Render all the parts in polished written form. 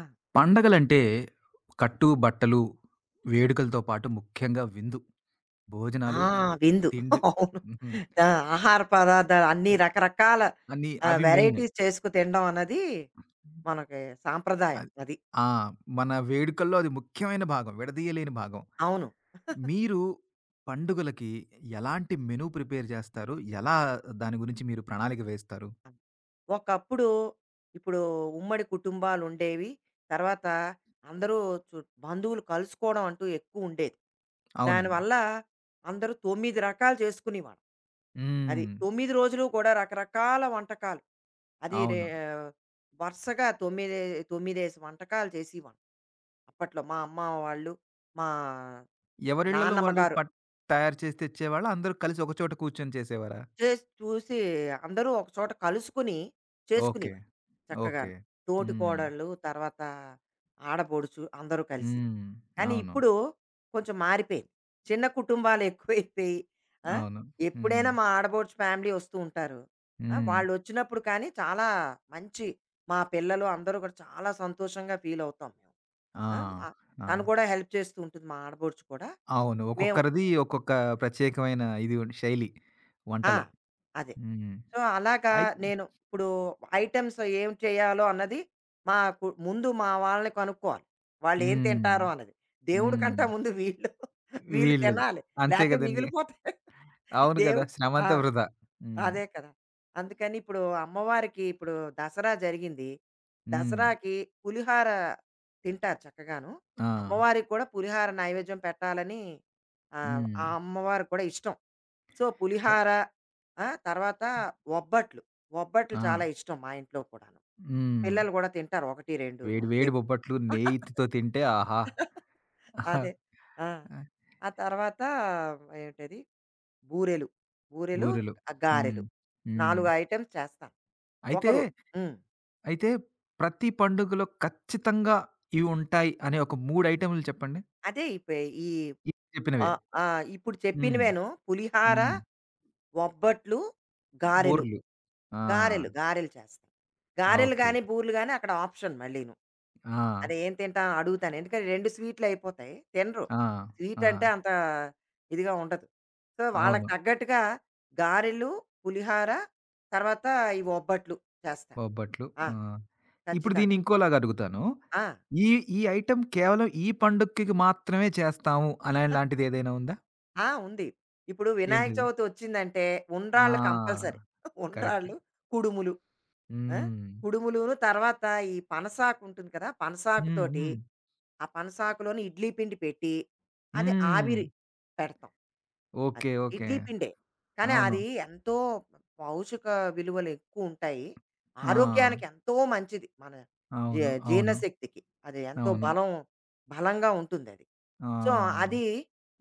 ఆ! పండగలంటే కట్టు, బట్టలు, వేడుకలతో పాటు ముఖ్యంగా విందు, ఆ! భోజనాలు, విందు. తిండి. అవును. హ్మ్. ఆ! ఆహార పదార్థాలు అన్ని రకరకాల అన్నీ అవి మెయిన్. వెరైటీస్ చేసుకు తినడం అన్నది మనకి సాంప్రదాయం అది. అది. ఆ! మన వేడుకల్లో అది ముఖ్యమైన భాగం. విడదీయలేని భాగం. అవును. మీరు పండుగలకి ఎలాంటి మెను ప్రిపేర్ చేస్తారు? ఎలా దాని గురించి మీరు ప్రణాళిక వేస్తారు? అవును. ఒకప్పుడు ఇప్పుడు ఉమ్మడి కుటుంబాలుండేవి. తర్వాత అందరూ చు బంధువులు కలుసుకోవడం అంటూ ఎక్కువుండేది. అవునండి. దానివల్ల అందరూ 9 రకాలు చేసుకునేవాళ్ళం. అది. హ్మ్. 9 రోజులు కూడా రకరకాల వంటకాలు. అది అవును. వరుసగా తొమ్మిదే 9, 5 వంటకాలు చేసేవాళ్ళం. అప్పట్లో మా అమ్మ వాళ్ళు, మా ఎవరిళ్ళలో నాన్నమ్మ వాళ్ళు గారు తయారు చేసి తెచ్చేవాళ్ళా? అందరూ కలిసి ఒక చోట కూర్చొని చేసేవారా? చేసి చూసి అందరూ ఒకచోట కలుసుకుని ఓకే. చేసుకునేవారు ఓకే. చక్కగాను. హ్మ్. తోటికోడళ్ళు, తర్వాత ఆడపడుచు అందరూ కలిసి. హ్మ్. కానీ అవును. ఇప్పుడు కొంచెం మారిపోయింది. చిన్న కుటుంబాలు ఎక్కువైపోయి ఆ! అవును. హ్మ్. ఎప్పుడైనా మా ఆడబోడుచు ఫ్యామిలీ వస్తూ ఉంటారు. ఆ! హ్మ్. వాళ్ళొచ్చినప్పుడు కానీ చాలా మంచి మా పిల్లలు అందరూ కూడా చాలా సంతోషంగా ఫీల్ అవుతాం మేము. ఆ! ఆ! ఆహ్, ఆ! తను కూడా హెల్ప్ చేస్తూ ఉంటుంది మా ఆడబోడుచు కూడా. అవును. మేము ఒక్కొక్కరిది ఒక్కొక్క ప్రత్యేకమైన ఇది శైలి ఆ! వంటలో. అదే. హ్మ్. సో, అలాగా అయి నేను ఇప్పుడు ఐటెమ్స్ ఏం చేయాలో అన్నది మాకు ముందు మా వాళ్ళని కనుక్కోవాలి. వాళ్ళేం హ్మ్. తింటారో అన్నది. దేవుడి హ్మ్. కంటే ముందు వీళ్ళు, వీళ్ళది. తినాలి. అంతే లేతే గదండీ! మిగిలిపోతాయి. అవును గదా! దేవుడు ఆ! శ్రమంతా వృధా. హ్మ్. అదే కదా! అందుకని ఇప్పుడు అమ్మవారికి ఇప్పుడు దసరా జరిగింది. హ్మ్. దసరాకి పులిహార తింటారు చక్కగాను. ఆ! అమ్మవారికి కూడా పులిహార నైవేద్యం పెట్టాలని హ్మ్. ఆ అమ్మవారికి కూడా ఇష్టం. సో, అయి పులిహార ఆ! తర్వాత ఒబ్బట్లు. ఒబ్బట్లు ఆ! చాలా ఇష్టం మా ఇంట్లో కూడాను. హ్మ్. పిల్లలు గూడా తింటారు 1, 2 వేడి వేడి ఎక్ బొబ్బట్లు నెయ్యితో తింటే ఆహా! ఆహా! అదే. ఆ! ఆ! ఆ తర్వాత ఏంటది బూరెలు. బూరెలు, బూరెలు. హ్మ్. గారెలు. హ్మ్. 4 ఐటెమ్స్ చేస్తాను. అయితే ఒకరు హ్మ్. అయితే ప్రతి పండుగలో ఖచ్చితంగా ఇవి ఉంటాయి అనే ఒక 3 ఐటెమ్‌లు చెప్పండి. అదే ఈ ఇప్పుడు చెప్పినవే. ఆహ్, ఆహ్, ఇప్పుడు హ్మ్. చెప్పినవేను పులిహార, హ్మ్. ఒబ్బట్లు, గారెలు. బూర్లు. ఆ! గారెలు చేస్తాను. గారెలు ఓకే. గాని, బూరెలు గాని అక్కడ ఆప్షన్ మళ్ళీను. ఆ! అదే ఏం తింటా అని అడుగుతాను. ఎందుకంటే 2 స్వీట్లు అయిపోతాయి. తినరు. ఆ! ఆ! స్వీట్ అంటే అంత ఇదిగా ఉండదు. సో, వాళ్ళకి అవును. తగ్గట్టుగా గారెలు, పులిహార తర్వాత ఈ ఒబ్బట్లు చేస్తా. బొబ్బట్లు. ఆ! ఆ! ఇప్పుడు దీన్ని ఖచ్చితంగా. ఇంకోలాగా అడుగుతాను. ఆ! ఈ ఈ ఐటెమ్ కేవలం ఈ పండుగకి మాత్రమే చేస్తాము అనేలాంటిది ఏదైనా ఉందా? ఆ! ఉంది. ఇప్పుడు వినాయక ఏంటిది? చవితి వచ్చిందంటే ఉండ్రాళ్ళు ఆ! కంపల్సరీ. కరెక్ట్. ఉండ్రాళ్ళు, కుడుములు. ఆ! హ్మ్. కుడుములును తర్వాత ఈ పనసాకు ఉంటుంది కదా! హ్మ్. పనసాకుతోటి హ్మ్. ఆ పనసాకులోని ఇడ్లీ పిండి పెట్టి అది హ్మ్. ఆవిరి పెడతాం. అది. ఓకే. ఓకే. ఇడ్లీ పిండే. కానీ అవును. అది ఎంతో పౌషక విలువలు ఎక్కువుంటాయి. ఆ! ఆరోగ్యానికి ఎంతో మంచిది. మన జీ అవును. అవును. జీర్ణశక్తికి. అది ఎంతో అవును. బలంగా ఉంటుందది. సో, ఆ! అది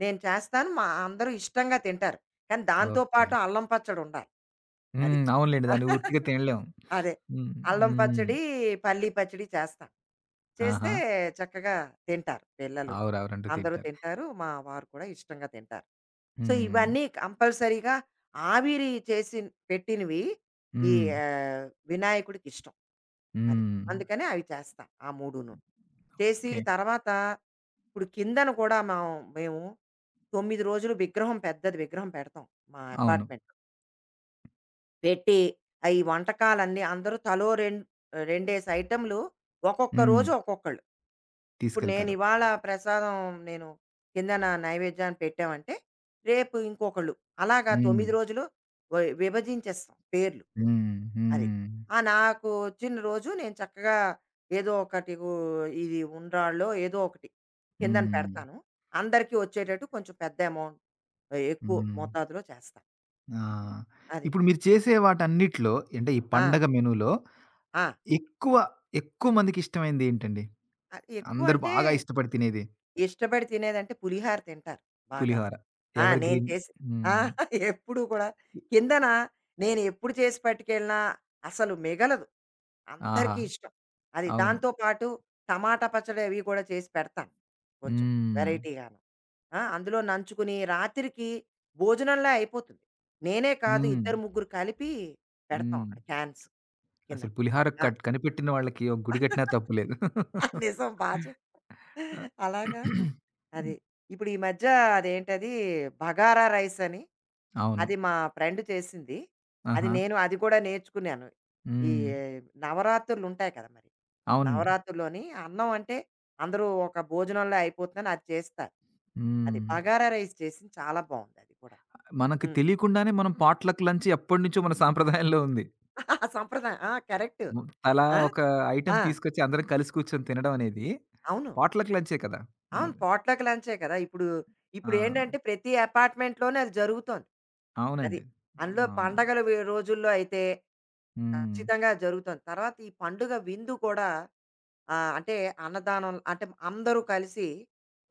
నేను చేస్తాను. మా అందరూ ఇష్టంగా తింటారు. కానీ దాంతో ఓకే. పాటు అల్లం పచ్చడుండాలి. అది. హ్మ్. అవునులెండి. దాన్ని ఉట్టిగా తినలేం. అదే. హ్మ్. అల్లం హ్మ్. పచ్చడి, పల్లీ పచ్చడి చేస్తాను. చేస్తే ఆహా! చక్కగా తింటారు పిల్లలు. ఆవురు ఆవురంటూ అందరూ తింటారు. తింటారు. మా వారు కూడా ఇష్టంగా తింటారు. సో, హ్మ్. ఇవన్నీ కంపల్సరీగా ఆవిరి చేసి పెట్టినవి ఈ హ్మ్. ఆహ్, వినాయకుడికిష్టం. అది. హ్మ్. అందుకని అవి చేస్తాం. ఆ 3 చేసి ఓకే. తర్వాత ఇప్పుడు కిందన కూడా మనం మేము 9 రోజులు విగ్రహం పెద్దది విగ్రహం పెడతాం మా అవును. అపార్ట్మెంట్‌లో. పెట్టి ఈ వంటకాలన్నీ అందరూ తలో 2 ఐటెమ్‌లు ఒక్కొక్క హ్మ్. రోజు ఒక్కొక్కళ్ళు. ఇప్పుడు తీసుకెళ్తారు. నేనివాళ ప్రసాదం నేను కింద నా నైవేద్యాన్ని పెట్టామంటే, రేపు ఇంకొకళ్ళు. అలాగా హ్మ్. 9 రోజులు విభజించేస్తాం పేర్లు. హ్మ్. అది. హ్మ్. ఆ! నాకు వచ్చిన రోజు నేను చక్కగా ఏదో ఒకటి ఇది ఉండ్రాళ్ళో ఏదో ఒకటి కిందన హ్మ్. పెడతాను. అందరికీ వచ్చేటట్టు కొంచెం పెద్ద అమౌంట్ ఎక్కువ హ్మ్. మోతాదులో చేస్తా. ఆ! అది. ఇప్పుడు మీరు చేసే వాటన్నిట్లో అంటే ఈ ఆ! పండగ మెనూలో ఆ! ఎక్కువ, ఎక్కువ మందికిష్టమైనదేంటండి? అందరూ ఎక్కువంటే బాగా ఇష్టపడి తినేది? ఇష్టపడి తినేదంటే పులిహార తింటారు బాగాను. పులిహోర. ఆ! ఎవర్ నేను గ్రీన్. చేసి ఆ! హ్మ్. ఎప్పుడూ కూడా కిందన నేను ఎప్పుడు చేసి పట్టుకెళ్ళినా అసలు మిగలదు. ఆహా! అందరికీ ఇష్టం. అది అవును. దాంతో పాటు టమాటా పచ్చడి అవి కూడా చేసి పెడతాను. కొంచెం హ్మ్. వెరైటీగాను. ఆ! అందులో నంచుకుని రాత్రికి భోజనంలా అయిపోతుంది. నేనే కాదు హ్మ్. ఇద్దరు, ముగ్గురు కలిపి పెడతాం హ్మ్. అక్కడ క్యాన్స్ అసలు కిందన. పులిహార ఆ! కనిపెట్టిన వాళ్ళకి ఒక గుడి కట్టినా తప్పు లేదు. నిజం బా చెప్పావు. ఆ! అలాగా అది. ఇప్పుడు ఈ మధ్య అదేంటది బగారా రైస్ అని, అవును. అది మా ఫ్రెండ్ చేసింది. అది ఆహా! నేను అది కూడా నేర్చుకున్నాను. ఈ హ్మ్. నవరాత్రులు ఉంటాయి కదా! మరి. అవునండి. నవరాత్రుల్లోని అన్నం అంటే అందరూ ఒక భోజనంలో అయిపోతుందని అది చేస్తారు. అది హ్మ్. బగారా రైస్ చేసింది చాలా బావుందది కూడా. మనకి హ్మ్. తెలియకుండానే మనం పాట్‌లక్ లంచ్ ఎప్పటినుంచో మన సాంప్రదాయంలో ఉంది. సంప్రదాయం. ఆ! సంప్రదాయం కరెక్ట్. హ్మ్. తలా ఆ! ఒక ఐటెమ్ ఆ! తీసుకొచ్చి అందరం కలిసి కూర్చొని తినడం అనేది అవును. పాట్‌లక్ లంచే కదా! అవును. అది. పాట్‌లక్ లంచే కదా! ఇప్పుడు, ఆ! ఇప్పుడేంటంటే ప్రతి అపార్ట్‌మెంట్‌లోనే అది జరుగుతోంది. అది. అవునండి. అందులో అవునండి. పండగల రోజుల్లో అయితే హ్మ్. ఖచ్చితంగా జరుగుతోంది. తర్వాత ఈ పండుగ విందు కూడా అంటే అన్నదానం అంటే అందరూ కలిసి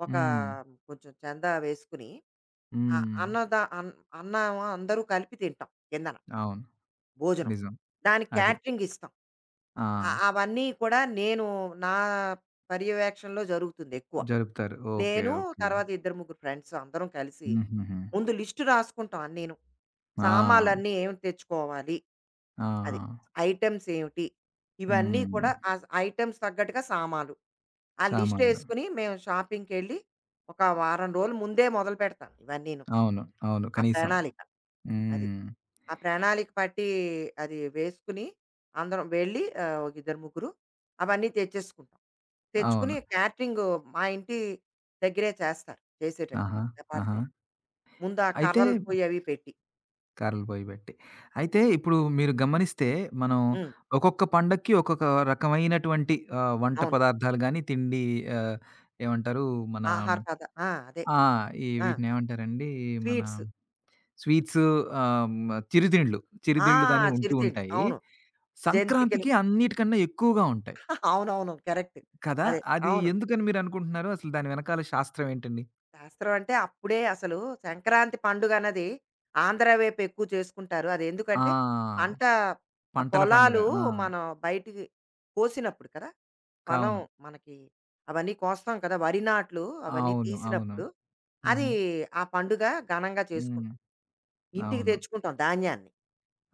ఒక హ్మ్. కొంచెం చందా వేసుకుని ఆ హ్మ్. అన్నదా అన్ అన్నం అందరూ కలిపి తింటాం కిందన అవును. భోజనం. నిజం. దానికి అది. క్యాటరింగ్ ఇస్తాం. ఆ! అవన్నీ కూడా నేను నా పర్యవేక్షణలో జరుగుతుంది ఎక్కువ. జరుపుతారు. ఓకే. నేను ఓకే. తర్వాత ఇద్దరు, ముగ్గురు ఫ్రెండ్స్ అందరం కలిసి హుహుహు. ముందు లిస్ట్ రాసుకుంటాం అన్నీను. ఆ! సామాన్లన్నీ ఏం తెచ్చుకోవాలి ఆ! అది. ఐటెమ్స్ ఏమిటి? ఇవన్నీ హ్మ్. కూడా ఆ ఐటెమ్స్ తగ్గట్టుగా సామాన్లు. ఆ లిస్ట్ సామాన్లు. ఏసుకొని మేము షాపింగ్‌కెళ్ళి ఒక వారం రోజులు ముందే మొదలుపెడతాం ఇవన్నీను. అవును. అవును. ఆ కనీసం. ప్రణాళిక. అది. హ్మ్. ఆ ప్రణాళిక పట్టి అది వేసుకుని అందరం వెళ్ళి ఒక ఇద్దరు ముగ్గురు అవన్నీ తెచ్చేసుకుంటాం. తెచ్చుకుని అవును. క్యాటరింగ్ మా ఇంటి దగ్గరే చేస్తారు చేసేటట్టు ఆహా! ఆహా! అపార్ట్‌మెంట్. ముందు ఆ అయితే కర్రలు పోయి అవి పెట్టి. కర్రలు పోయబెట్టి. అయితే ఇప్పుడు మీరు గమనిస్తే మనం హ్మ్. ఒక్కొక్క పండక్కి ఒక్కొక్క రకమైనటువంటి ఆహ్, వంట అవును. పదార్థాలు గాని, తిండి ఆహ్, ఏమంటారు మన ఆహార పద ఆ! అదే. ఆ! ఈ ఆ! వీటినేమంటారండి? మన స్వీట్స్. స్వీట్స్ ఆహ్, హ్మ్. ఆ! చిరుతిండ్లు గాని ఉంటూ చిరుతిండ్లు. ఉంటాయి. అవును. జంతికలు. సంక్రాంతికి అన్నిటికన్నా ఎక్కువగా ఉంటాయి అవునవును. కరెక్ట్. కదా! అదే. అది అవును. ఎందుకని మీరనుకుంటున్నారు? అసలు దాని వెనకాల శాస్త్రం ఏంటండి? శాస్త్రం అంటే అప్పుడే అసలు సంక్రాంతి పండుగ అన్నది ఆంధ్ర వైపు ఎక్కువ చేసుకుంటారు. అది ఎందుకంటే ఆ! పంట ఆ పంటల పండగ. పొలాలు ఆ! మనం బయటికి కోసినప్పుడు కదా! పొలం అవును. మనకి అవన్నీ కోస్తాం కదా! వరి నాట్లు అవన్నీ అవును. అవును. తీసినప్పుడు హుహు. అది ఆ పండుగ ఘనంగా హ్మ్. చేసుకుంటాం. ఇంటికి అవును. తెచ్చుకుంటాం ధాన్యాన్ని.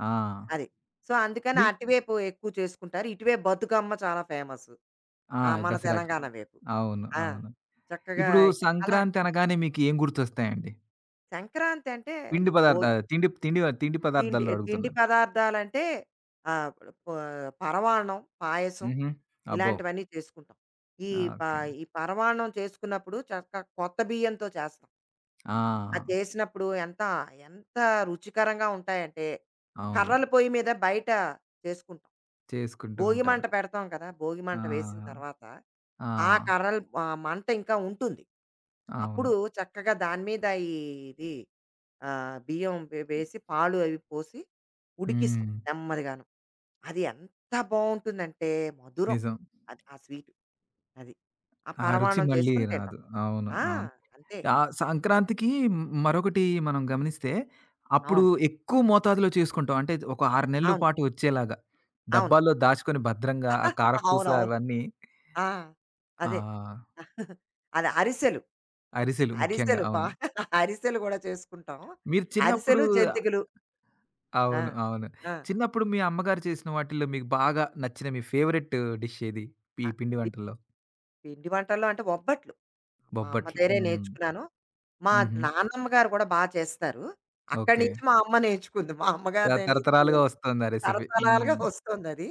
ఆ! అది. సో, అందుకని మీ అటువైపు ఎక్కువ చేసుకుంటారు. ఇటువైపు బతుకమ్మ చాలా ఫేమసు. ఆ! ఆ! మన దసరాకి. తెలంగాణ వైపు. అవును. ఆ! అవును. చక్కగా ఇప్పుడు అలా సంక్రాంతి అనగానే మీకు ఏం గుర్తొస్తాయండి? సంక్రాంతి అంటే పిండి అది పదార్థ తిండి తిండి తిండి తిండి పదార్థాల్లో తిండి అడుగుతున్నాను. పదార్థాలంటే ఆ, ప- పరమాన్నం పాయసం హుహు. అబ్బో! ఇలాంటివన్నీ చేసుకుంటాం ఈ ఆ! ప ఓకే. ఈ పరమాన్నం చేసుకున్నప్పుడు కొత్త బియ్యంతో చేస్తాం ఆ! అది చేసినప్పుడు ఎంత ఎంత రుచికరంగా ఉంటాయంటే అవును. కర్రల పొయ్యి మీద బయట చేసుకుంటాం చేసుకుంటూ భోగి ఉంటారు. మంట పెడతాం కదా భోగి ఆ! మంట వేసిన తర్వాత ఆ ఆ! కర్రల ఆ మంట ఇంకా ఉంటుంది అవును. అప్పుడు చక్కగా దాని మీద ఇది ఆ! బియ్యం వేసి పాలు అవి పోసి ఉడికిస్తాం హ్మ్. నెమ్మదిగాను. అది ఎంత బావుంటుందంటే మధురం. నిజం. అది ఆ స్వీటు అది. ఆ ఆ రుచి పరమాన్నం మళ్ళీ చేసుకొని రాదు. తింటాం. అవును. ఆ! అవును. అంతే. ఆహ్, అసలు. సంక్రాంతికి మ్- మరొకటి మనం గమనిస్తే, అప్పుడు అవును. ఎక్కువ మోతాదులో చేసుకుంటాం. అంటే ఒక 6 నెలల అవును. పాటు వచ్చేలాగా. అవును. డబ్బాల్లో దాచుకొని భద్రంగా ఆ కారపూస అవునవును. అవన్నీ ఆ! ఆ! అదే. అది అరిసెలు. అరిసెలు ముఖ్యంగా. అరిసెలు బా అవును. అరిసెలు గూడా చేసుకుంటాం. మీరు చిన్నప్పుడు అరిసెలు, జంతికలు. ఆ! అవును. అవును. ఆ! చిన్నప్పుడు మీ అమ్మగారు చేసిన వాటిల్లో మీకు బాగా నచ్చిన మీ ఫేవరెట్ డిష్ ఏది? ఈ అ పిండి వంటల్లో? పిండి వంటల్లో అంటే బొబ్బట్లు. మా అమ్మ బొబ్బట్లు. దగ్గరే ఓకే. హ్మ్. నేర్చుకున్నాను. మా హుహు. నాన్నమ్మ గారు కూడా బా చేస్తారు. అక్కడి ఓకే. నుంచి మా అమ్మ నేర్చుకుంది. మా అమ్మగారి త దగ్గర నుంచి తరతరాలుగా నేను వస్తుంది ఆ రెసిపీ. హ్మ్. తరతరాలుగా వస్తోందది.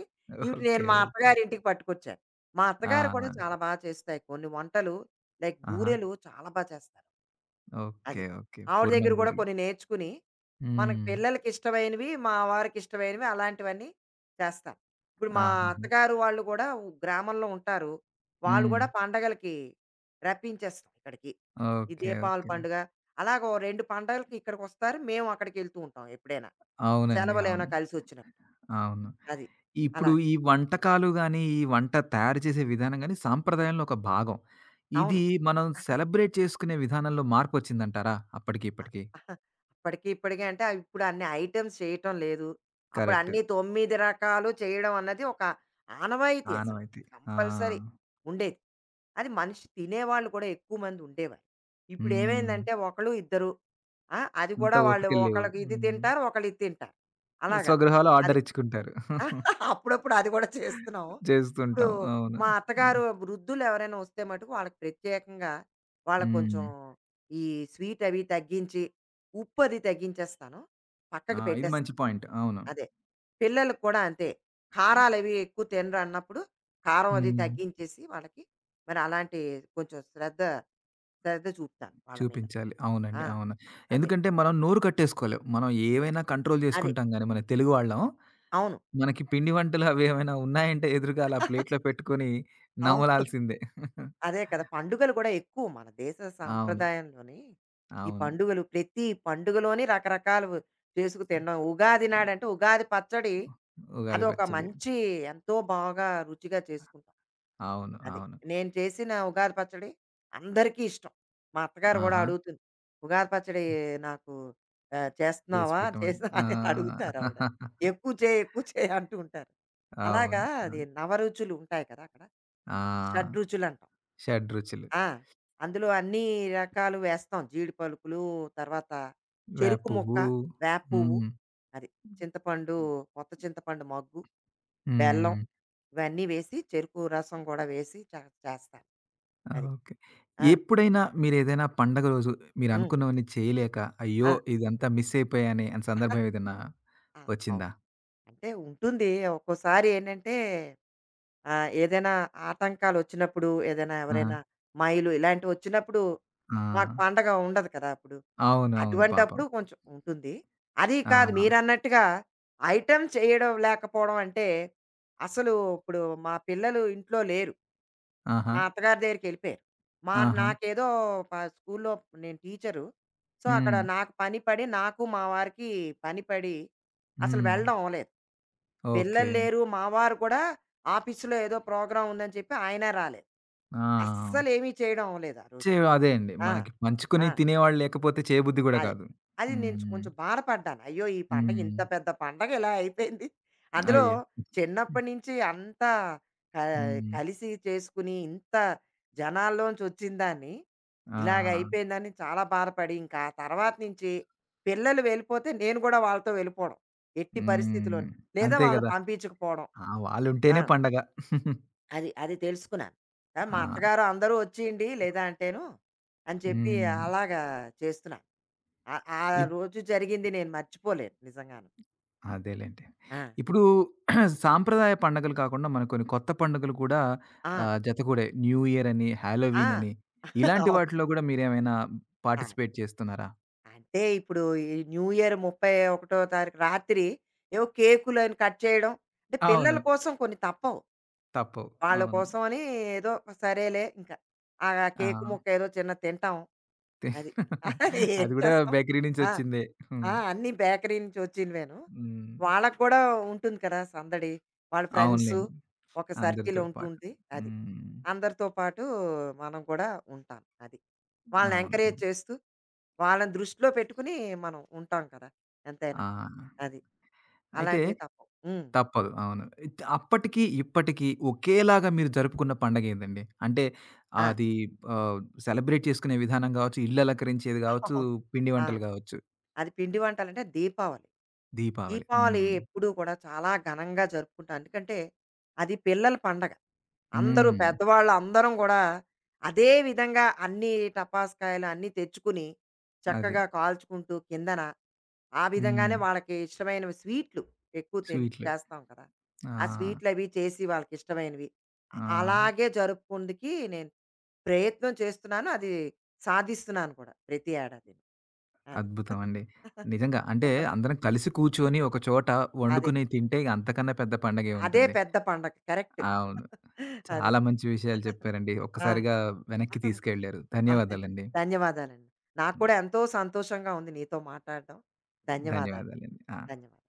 ఇవి ఓకే. నేను మా ఓకే. అత్తగారింటికి పట్టుకొచ్చాను. మా ఆ! అత్తగారు కూడా చాలా బా చేస్తాయి. కొన్ని వంటలు లైక్ ఆహా! బూరెలు చాలా బా చేస్తారు. ఓకే. అది. ఓకే. ఆవిడ పూర్ణం దగ్గర గూడా బూరెలు. కొన్ని నేర్చుకుని, మనకు హ్మ్. పిల్లలకి ఇష్టమైనవి, మా వారికి ఇష్టమైనవి అలాంటివన్నీ చేస్తాం. ఇప్పుడు మా ఆహాహా! అత్తగారు వాళ్ళు గూడా గ్రామంలో ఉంటారు. వాళ్ళు హ్మ్. గూడా పండగలకి రప్పించేస్తాం ఇక్కడికి. ఈ ఓకే. దీపావళి ఓకే. పండుగ, అలాగ ఓ 2 పండగలకి ఇక్కడికొస్తారు. మేము అక్కడికెళ్తూ ఉంటాం ఎప్పుడైనా. అవునండి. అవును. సెలవులేమైనా కలిసొచ్చినప్పుడు. అవును. అది. ఇప్పుడు అలాగ. ఈ వంటకాలు గాని, ఈ వంట తయారు చేసే విధానం గాని సాంప్రదాయంలో ఒక భాగం. ఇది అవును. మనం సెలబ్రేట్ చేసుకునే విధానంలో మార్పొచ్చిందంటారా? అప్పటికి ఆ! ఇప్పటికి. ఆహా. అప్పటికి, ఇప్పటికి అంటే ఆ ఇప్పుడు అన్ని ఐటెమ్స్ చేయటం లేదు. అప్పుడు కరెక్ట్. అన్నీ 9 రకాలు చేయడం అన్నది ఒక ఆనవాయితీ అసలు. ఆనవాయితీ. ఆ! కంపల్సరీ ఉండేది. అది మనిషి తినేవాళ్ళు కూడా ఎక్కువ మంది ఉండేవారు. ఇప్పుడు హ్మ్. ఏమైందంటే ఒకళ్ళు, ఇద్దరు. ఆ! అది అంత కూడా వాళ్ళు ఓపికలు లేవు. ఒకళ్ళకి ఇది హ్మ్. తింటారు, ఒకళ్ళు ఇది తింటారు. అలాగా. స్వగృహాలు అది. ఆర్డర్ ఇచ్చుకుంటారు. అప్పుడప్పుడు అది కూడా చేస్తున్నాం. ఇప్పుడు చేస్తుంటాం. అవును. మా హ్మ్. అత్తగారు వృద్ధులు ఎవరైనా వస్తే మటుకు వాళ్ళకి ప్రత్యేకంగా వాళ్ళకి కొంచెం హ్మ్. ఈ స్వీట్ అవి తగ్గించి, ఉప్పు అది తగ్గించేస్తాను. ఆ! పక్కకి ఇది మంచి పెట్టేస్తాను. పాయింట్. అవును. అదే. పిల్లలకి కూడా అంతే. కారాలవి ఎక్కువ తినరు అన్నప్పుడు, కారం అది హ్మ్. తగ్గించేసి వాళ్ళకి మరి అలాంటి కొంచెం శ్రద్ధ చూపుతాను వాళ్ళ మీద. చూపించాలి. అవునండి. ఆ! అవును. అదే. ఎందుకంటే మనం నోరు కట్టేసుకోలేం. మనం ఏవైనా కంట్రోల్ అదే. చేసుకుంటాం గానీ మన తెలుగు వాళ్ళం. అవును. మనకి పిండి వంటలు అవి ఏమైనా ఉన్నాయంటే ఎదురుగా అలా ప్లేట్‌లో పెట్టుకొని అవును. నమలాల్సిందే. అదే కదా! పండుగలు గూడా ఎక్కువ మన దేశ అవును. సాంప్రదాయంలోని, ఈ అవును. పండుగలు ప్రతి పండుగలోని రకరకాలవు చేసుకు తినడం. ఉగాది నాడంటే ఉగాది పచ్చడి ఉగాది అదొక పచ్చడి. మంచి ఎంతో బాగా రుచిగా చేసుకుంటాం. అవును. అది. అవును. నేను చేసిన ఉగాది పచ్చడి అందరికీ ఇష్టం. మా అత్తగారు గూడా ఆహా! అడుగుతుంది. "ఉగాది పచ్చడి నాకు చేసి చేస్తున్నావా? పెట్టమని. చేసా" ఆ! అని అడుగుతారావిడ. "ఎక్కువ చేయి, ఎక్కువ చేయి" అంటూ ఉంటారు. అలాగా అవును. అది అవును. నవరుచులు ఉంటాయి కదా! అక్కడ. ఆ! షడ్రుచులంటాం. షడ్‌రుచులు. ఆ! అందులో అన్నీ రకాలు వేస్తాం. జీడి పలుకులు, తర్వాత వేప చెరుకు ముక్క, పువ్వు. వేప పువ్వు, హ్మ్. అది చింతపండు, కొత్త చింతపండు మగ్గు, బెల్లం హ్మ్. ఇవన్నీ వేసి చెరుకు రసం కూడా వేసి చేస్తాను. అది. ఓకే. ఆ! ఎప్పుడైనా మీరేదైనా పండగ రోజు హ్మ్. మీరనుకున్నవన్నీ చేయలేక, అయ్యో! ఆ! ఇదంతా మిస్ అయిపోయానే అని సందర్భం ఏదన్నా ఆ! అవును. వచ్చిందా? అంటే ఉంటుంది. ఒక్కోసారి ఏంటంటే ఏదైనా ఆటంకాలొచ్చినప్పుడు, ఏదైనా ఆ! ఎవరైనా మైలు ఇలాంటివొచ్చినప్పుడు ఆ! మాకు పండగ ఉండదు కదా! అప్పుడు. అవును. అవును. పాపం. అటువంటప్పుడు కొంచెం ఉంటుంది. అది కాదు ఆ! మీరన్నట్టుగా ఐటెమ్ చేయడం లేకపోవడం అంటే, అసలు ఇప్పుడు మా పిల్లలు ఇంట్లో లేరు. ఆహా! మా అత్తగారి దగ్గరికెళ్ళిపోయారు. ఆహా! నాకేదో స్కూల్‌లో నేను టీచరు. సో, అక్కడ హ్మ్. నాకు పని పడి, నాకు మా వారికి పని పడి అసలు హ్మ్. వెళ్ళడం అవ్వలేదు. ఓకే. పిల్లలు లేరు. మా వారు కూడా ఆఫీస్‌లో ఏదో ప్రోగ్రామ్ ఉందని చెప్పి ఆయన రాలేదు. ఆ! అస్సలేమీ చేయడం అవ్వలేదు ఆ రోజు. చే అదే అండి. ఆ! మనకి పంచుకొని ఆ! తినేవాళ్ళు లేకపోతే చేయబుద్ధి గూడా అదే. కాదు. అది నేను హ్మ్. కొంచెం బాధపడ్డాను. అయ్యో! ఈ పండగ హ్మ్. ఇంత పెద్ద పండగ ఇలా అయిపోయింది. అందులో అయ్యో! చిన్నప్పటి నుంచి అంతా హ్మ్. కలిసి చేసుకుని ఇంత జనాల్లోంచి వచ్చిందాన్ని ఇలాగ ఆ! అయిపోయిందని చాలా బాధపడి, ఇంకా ఆ తర్వాత నుంచి పిల్లలు వెళ్ళిపోతే నేను కూడా వాళ్ళతో వెళ్ళిపోవడం. ఎట్టి హ్మ్. పరిస్థితిలోను. లేదా అంతే వాళ్ళని గదా! పంపించకపోవడం. ఆ! ఆ! వాళ్ళుంటేనే పండగ. అది. అది తెలుసుకున్నాను. ఆ! మా ఆ! అత్తగారు అందరూ వచ్చేయండి లేదా అంటేను అని చెప్పి హ్మ్. అలాగా చేస్తున్నాను. ఆ ఆ ఇప్ రోజు జరిగింది నేను మర్చిపోలేను నిజంగాను. అదేలెండి. ఆ! ఇప్పుడు సాంప్రదాయ పండగలు కాకుండా మనకు కొన్ని కొత్త పండుగలు కూడా ఆ! ఆహ్, జతకూడే. న్యూ ఇయర్ అని, ఆ! హాలోవీన్ అని ఇలాంటి అవును. వాటిలో గూడా మీరేమైనా ఆ! పార్టిసిపేట్ చేస్తున్నారా? అంటే ఇప్పుడు ఈ న్యూ ఇయర్ 31 తారీఖు రాత్రి ఏవో కేకులని కట్ చేయడం. అంటే అవును. పిల్లల కోసం కొన్ని తప్పవు. తప్పవు. వాళ్ళ అవును. కోసం అని ఏదో సరేలే ఇంకా. ఆ ఆ! కేకు ముక్క ఏదో చిన్నది తింటాం. తే అది. ఏం అది గూడా చేస్తాం. బేకరీ ఆ! నుంచొచ్చిందే. హ్మ్. ఆ! అన్నీ బేకరీ నుంచి వచ్చినవేను. హ్మ్. వాళ్ళకి కూడా ఉంటుంది కదా! సందడి. వాళ్ళ ఫ్రెండ్సు, అవునులెండి. ఒక సర్కిల్ అందరితో పాటు. ఉంటుంది. అది. హ్మ్. అందరితో పాటు మనం కూడా ఉంటాం. అది. వాళ్ళని అవును. ఎంకరేజ్ చేస్తూ, వాళ్ళని దృష్టిలో పెట్టుకుని మనం ఉంటాం కదా! ఎంతైనా. ఆ! అది. అయితే అలాంటివి తప్పవు. హ్మ్. తప్పదు. అవును. ఇత్ అప్పటికి, ఇప్పటికి ఒకేలాగా మీరు జరుపుకున్న పండగేదండి? అంటే ఆ! అది ఆహ్, సెలబ్రేట్ చేసుకునే విధానం గావచ్చు, ఇల్లు అలంకరించేది గావచ్చు, అవును. పిండి ఆ! వంటలు గావచ్చు. అది పిండి వంటలంటే దీపావళి. దీపావళి. దీపావళి హ్మ్. ఎప్పుడూ కూడా చాలా ఘనంగా జరుపుకుంటాం. ఎందుకంటే అది పిల్లల పండగ. అందరూ హ్మ్. పెద్దవాళ్ళు అందరం కూడా అదే విధంగా అన్ని టపాస్కాయలు అన్నీ తెచ్చుకుని అది. చక్కగా కాల్చుకుంటూ కిందన ఆ విధంగానే హ్మ్. వాళ్ళకి ఇష్టమైనవి స్వీట్లు ఎక్కువ స్వీట్లు. చేస్తాం కదా! ఆ! ఆ స్వీట్లు అవి చేసి వాళ్ళకి ఇష్టమైనవి. ఆ! అలాగే జరుపుకుందుకి నేను ప్రయత్నం చేస్తున్నాను. అది సాధిస్తున్నాను కూడా ప్రతి ఏడాది. అది. అద్భుతం అండి. నిజంగా. అంటే అందరం కలిసి కూర్చొని ఒక చోట అదే. వండుకుని తింటే ఇగ అంతకన్నా పెద్ద పండగే అదే ఉంటుంది. పెద్ద పండగ. కరెక్ట్. అవును. అదే. చాలా మంచి విషయాలు చెప్పారండి. ఆ! ఒక్కసారిగా వెనక్కి తీసుకెళ్లారు. ఆ! ధన్యవాదాలండి. ధన్యవాదాలండి. నాకు హ్మ్. కూడా ఎంతో సంతోషంగా ఉంది నీతో మాట్లాడడం. ధన్యవాదాలు. ధన్యవాదాలండి. ఆ! ధన్యవాదాలు.